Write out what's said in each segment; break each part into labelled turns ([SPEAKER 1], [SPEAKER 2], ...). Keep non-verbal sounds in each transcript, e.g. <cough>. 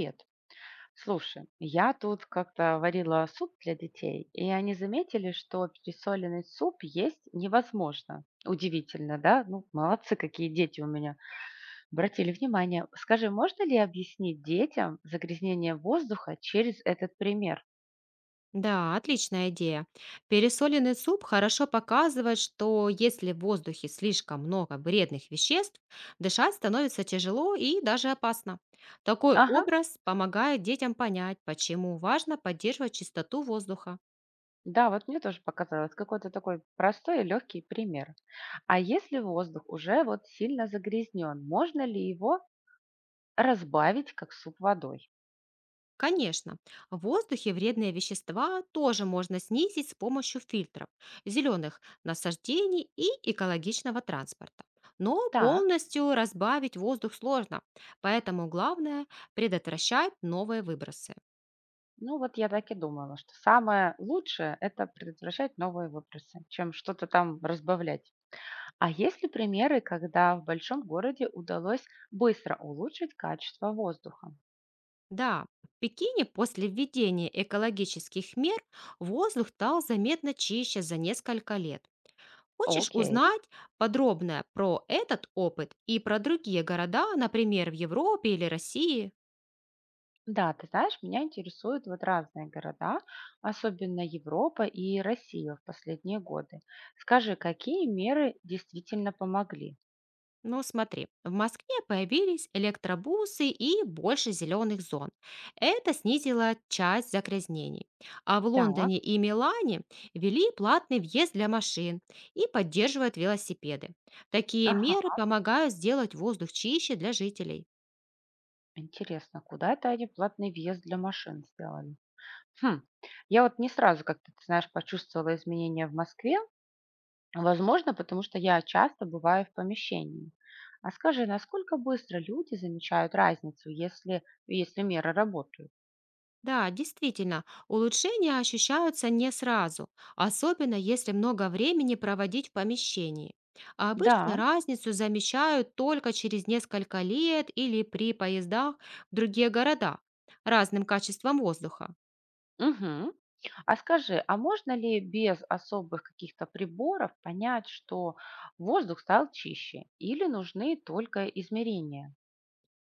[SPEAKER 1] Привет. Слушай, я тут как-то варила суп для детей, и они заметили, что пересоленный суп есть невозможно. Удивительно, да? Ну, молодцы, какие дети у меня. Обратили внимание. Скажи, можно ли объяснить детям загрязнение воздуха через этот пример?
[SPEAKER 2] Да, отличная идея. Пересоленный суп хорошо показывает, что если в воздухе слишком много вредных веществ, дышать становится тяжело и даже опасно. Такой
[SPEAKER 1] Ага,
[SPEAKER 2] образ помогает детям понять, почему важно поддерживать чистоту воздуха.
[SPEAKER 1] да, вот мне тоже показалось. Какой-то такой простой и легкий пример. А если воздух уже вот сильно загрязнен, можно ли его разбавить как суп водой?
[SPEAKER 2] Конечно, в воздухе вредные вещества тоже можно снизить с помощью фильтров, зеленых насаждений и экологичного транспорта. Но
[SPEAKER 1] Так.
[SPEAKER 2] полностью разбавить воздух сложно, поэтому главное– предотвращать новые выбросы.
[SPEAKER 1] Ну, вот я так и думала, что самое лучшее — это предотвращать новые выбросы, чем что-то там разбавлять. А есть ли примеры, когда в большом городе удалось быстро улучшить качество воздуха?
[SPEAKER 2] Да, в Пекине после введения экологических мер воздух стал заметно чище за несколько лет. Хочешь
[SPEAKER 1] Окей.
[SPEAKER 2] узнать подробное про этот опыт и про другие города, например, в Европе или России?
[SPEAKER 1] Да, ты знаешь, меня интересуют вот разные города, особенно Европа и Россия в последние годы. Скажи, какие меры действительно помогли?
[SPEAKER 2] Ну, смотри, в Москве появились электробусы и больше зеленых зон. Это снизило часть загрязнений. А в
[SPEAKER 1] Так,
[SPEAKER 2] Лондоне и Милане ввели платный въезд для машин и поддерживают велосипеды. Такие
[SPEAKER 1] ага,
[SPEAKER 2] меры помогают сделать воздух чище для жителей.
[SPEAKER 1] интересно, куда это они платный въезд для машин сделали? Хм. Я вот не сразу как-то, ты знаешь, почувствовала изменения в Москве. Возможно, потому что я часто бываю в помещении. А скажи, насколько быстро люди замечают разницу, если меры работают?
[SPEAKER 2] Да, действительно, улучшения ощущаются не сразу, особенно если много времени проводить в помещении. А обычно
[SPEAKER 1] Да.
[SPEAKER 2] разницу замечают только через несколько лет или при поездах в другие города разным качеством воздуха.
[SPEAKER 1] Мгм. А скажи, а можно ли без особых каких-то приборов понять, что воздух стал чище? Или нужны только измерения?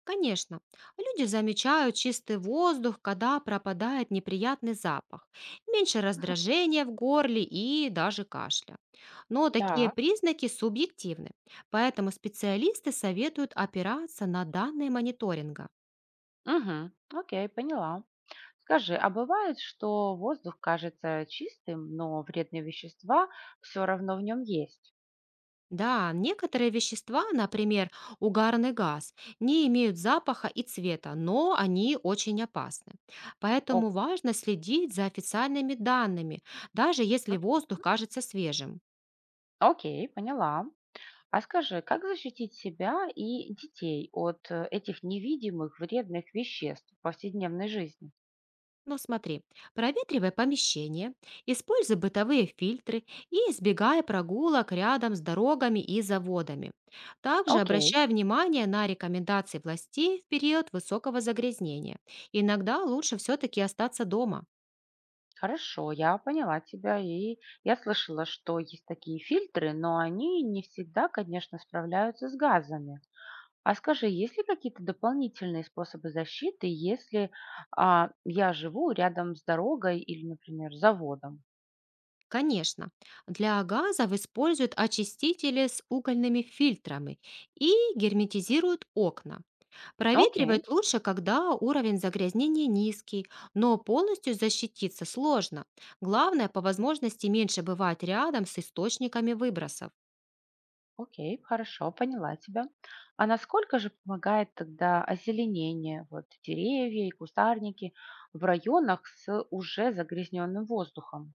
[SPEAKER 2] Конечно, люди замечают чистый воздух, когда пропадает неприятный запах, меньше раздражения в горле и даже кашля. Но такие
[SPEAKER 1] Так.
[SPEAKER 2] признаки субъективны, поэтому специалисты советуют опираться на данные мониторинга.
[SPEAKER 1] Угу. Окей, поняла. Скажи, а бывает, что воздух кажется чистым, но вредные вещества все равно в нем есть?
[SPEAKER 2] Да, некоторые вещества, например, угарный газ, не имеют запаха и цвета, но они очень опасны.
[SPEAKER 1] О-,
[SPEAKER 2] Поэтому важно следить за официальными данными, даже если воздух кажется свежим.
[SPEAKER 1] окей, поняла. А скажи, как защитить себя и детей от этих невидимых вредных веществ в повседневной жизни?
[SPEAKER 2] Но смотри, проветривай помещение, используй бытовые фильтры и избегай прогулок рядом с дорогами и заводами. Также
[SPEAKER 1] Окей,
[SPEAKER 2] обращай внимание на рекомендации властей в период высокого загрязнения. Иногда лучше все-таки остаться дома.
[SPEAKER 1] хорошо, я поняла тебя, и я слышала, что есть такие фильтры, но они не всегда, конечно, справляются с газами. А скажи, есть ли какие-то дополнительные способы защиты, если я живу рядом с дорогой или, например, заводом?
[SPEAKER 2] Конечно, для газов используют очистители с угольными фильтрами и герметизируют окна.
[SPEAKER 1] Окей,
[SPEAKER 2] Проветривать лучше, когда уровень загрязнения низкий, но полностью защититься сложно. Главное, по возможности меньше бывать рядом с источниками выбросов.
[SPEAKER 1] окей, хорошо, поняла тебя. А насколько же помогает тогда озеленение, вот деревья и кустарники в районах с уже загрязненным воздухом?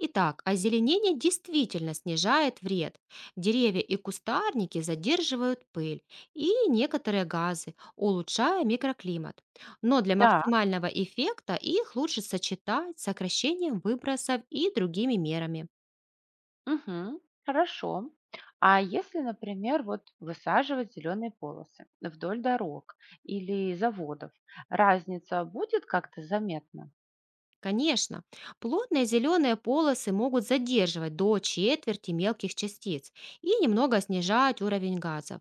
[SPEAKER 2] Итак, озеленение действительно снижает вред. Деревья и кустарники задерживают пыль и некоторые газы, улучшая микроклимат. Но для
[SPEAKER 1] Так.
[SPEAKER 2] максимального эффекта их лучше сочетать с сокращением выбросов и другими мерами.
[SPEAKER 1] Мгм. Хорошо. А если, например, вот высаживать зеленые полосы вдоль дорог или заводов, разница будет как-то заметна?
[SPEAKER 2] Конечно, плотные зеленые полосы могут задерживать до четверти мелких частиц и немного снижать уровень газов.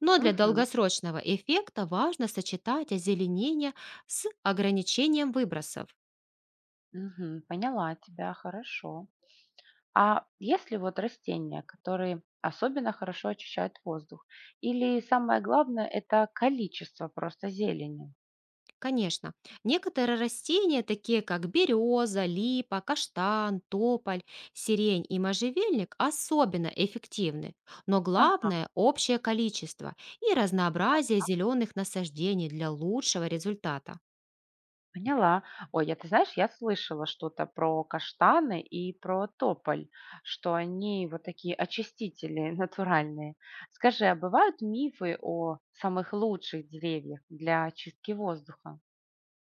[SPEAKER 2] Но для
[SPEAKER 1] Мгм.
[SPEAKER 2] долгосрочного эффекта важно сочетать озеленение с ограничением выбросов.
[SPEAKER 1] Мгм. Поняла тебя, хорошо. А если вот растения, которые особенно хорошо очищают воздух, или самое главное, это количество просто зелени?
[SPEAKER 2] Конечно, некоторые растения, такие как береза, липа, каштан, тополь, сирень и можжевельник, особенно эффективны. Но
[SPEAKER 1] Ага,
[SPEAKER 2] главное– общее количество и разнообразие зеленых насаждений для лучшего результата.
[SPEAKER 1] поняла. Ой, я, ты знаешь, я слышала что-то про каштаны и про тополь, что они вот такие очистители <laughs> натуральные. Скажи, а бывают мифы о самых лучших деревьях для очистки воздуха?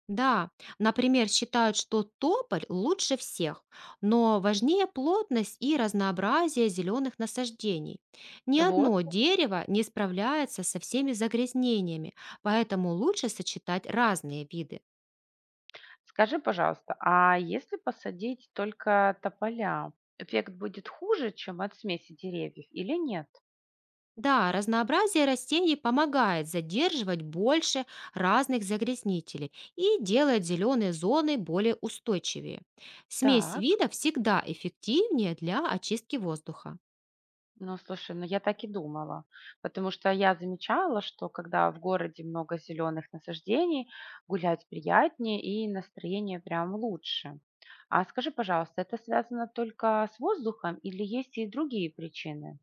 [SPEAKER 2] Да, например, считают, что тополь лучше всех, но важнее плотность и разнообразие зеленых насаждений. Ни
[SPEAKER 1] Вот,
[SPEAKER 2] одно дерево не справляется со всеми загрязнениями, поэтому лучше сочетать разные виды.
[SPEAKER 1] скажи, пожалуйста, а если посадить только тополя, эффект будет хуже, чем от смеси деревьев или нет?
[SPEAKER 2] Да, разнообразие растений помогает задерживать больше разных загрязнителей и делает зеленые зоны более устойчивее. Смесь
[SPEAKER 1] Так.
[SPEAKER 2] видов всегда эффективнее для очистки воздуха.
[SPEAKER 1] Ну, слушай, ну я так и думала, потому что я замечала, что когда в городе много зеленых насаждений, гулять приятнее и настроение прям лучше. А скажи, пожалуйста, это связано только с воздухом или есть и другие причины?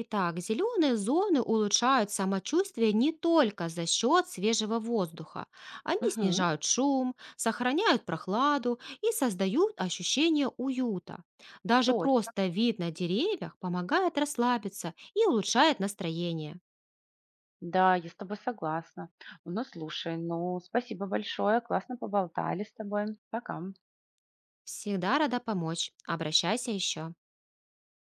[SPEAKER 2] Итак, зеленые зоны улучшают самочувствие не только за счет свежего воздуха. Они
[SPEAKER 1] Угу,
[SPEAKER 2] снижают шум, сохраняют прохладу и создают ощущение уюта. Даже
[SPEAKER 1] точно.
[SPEAKER 2] просто вид на деревьях помогает расслабиться и улучшает настроение.
[SPEAKER 1] Да, я с тобой согласна. Ну, слушай, ну, спасибо большое, классно поболтали с тобой. Пока.
[SPEAKER 2] Всегда рада помочь. Обращайся еще.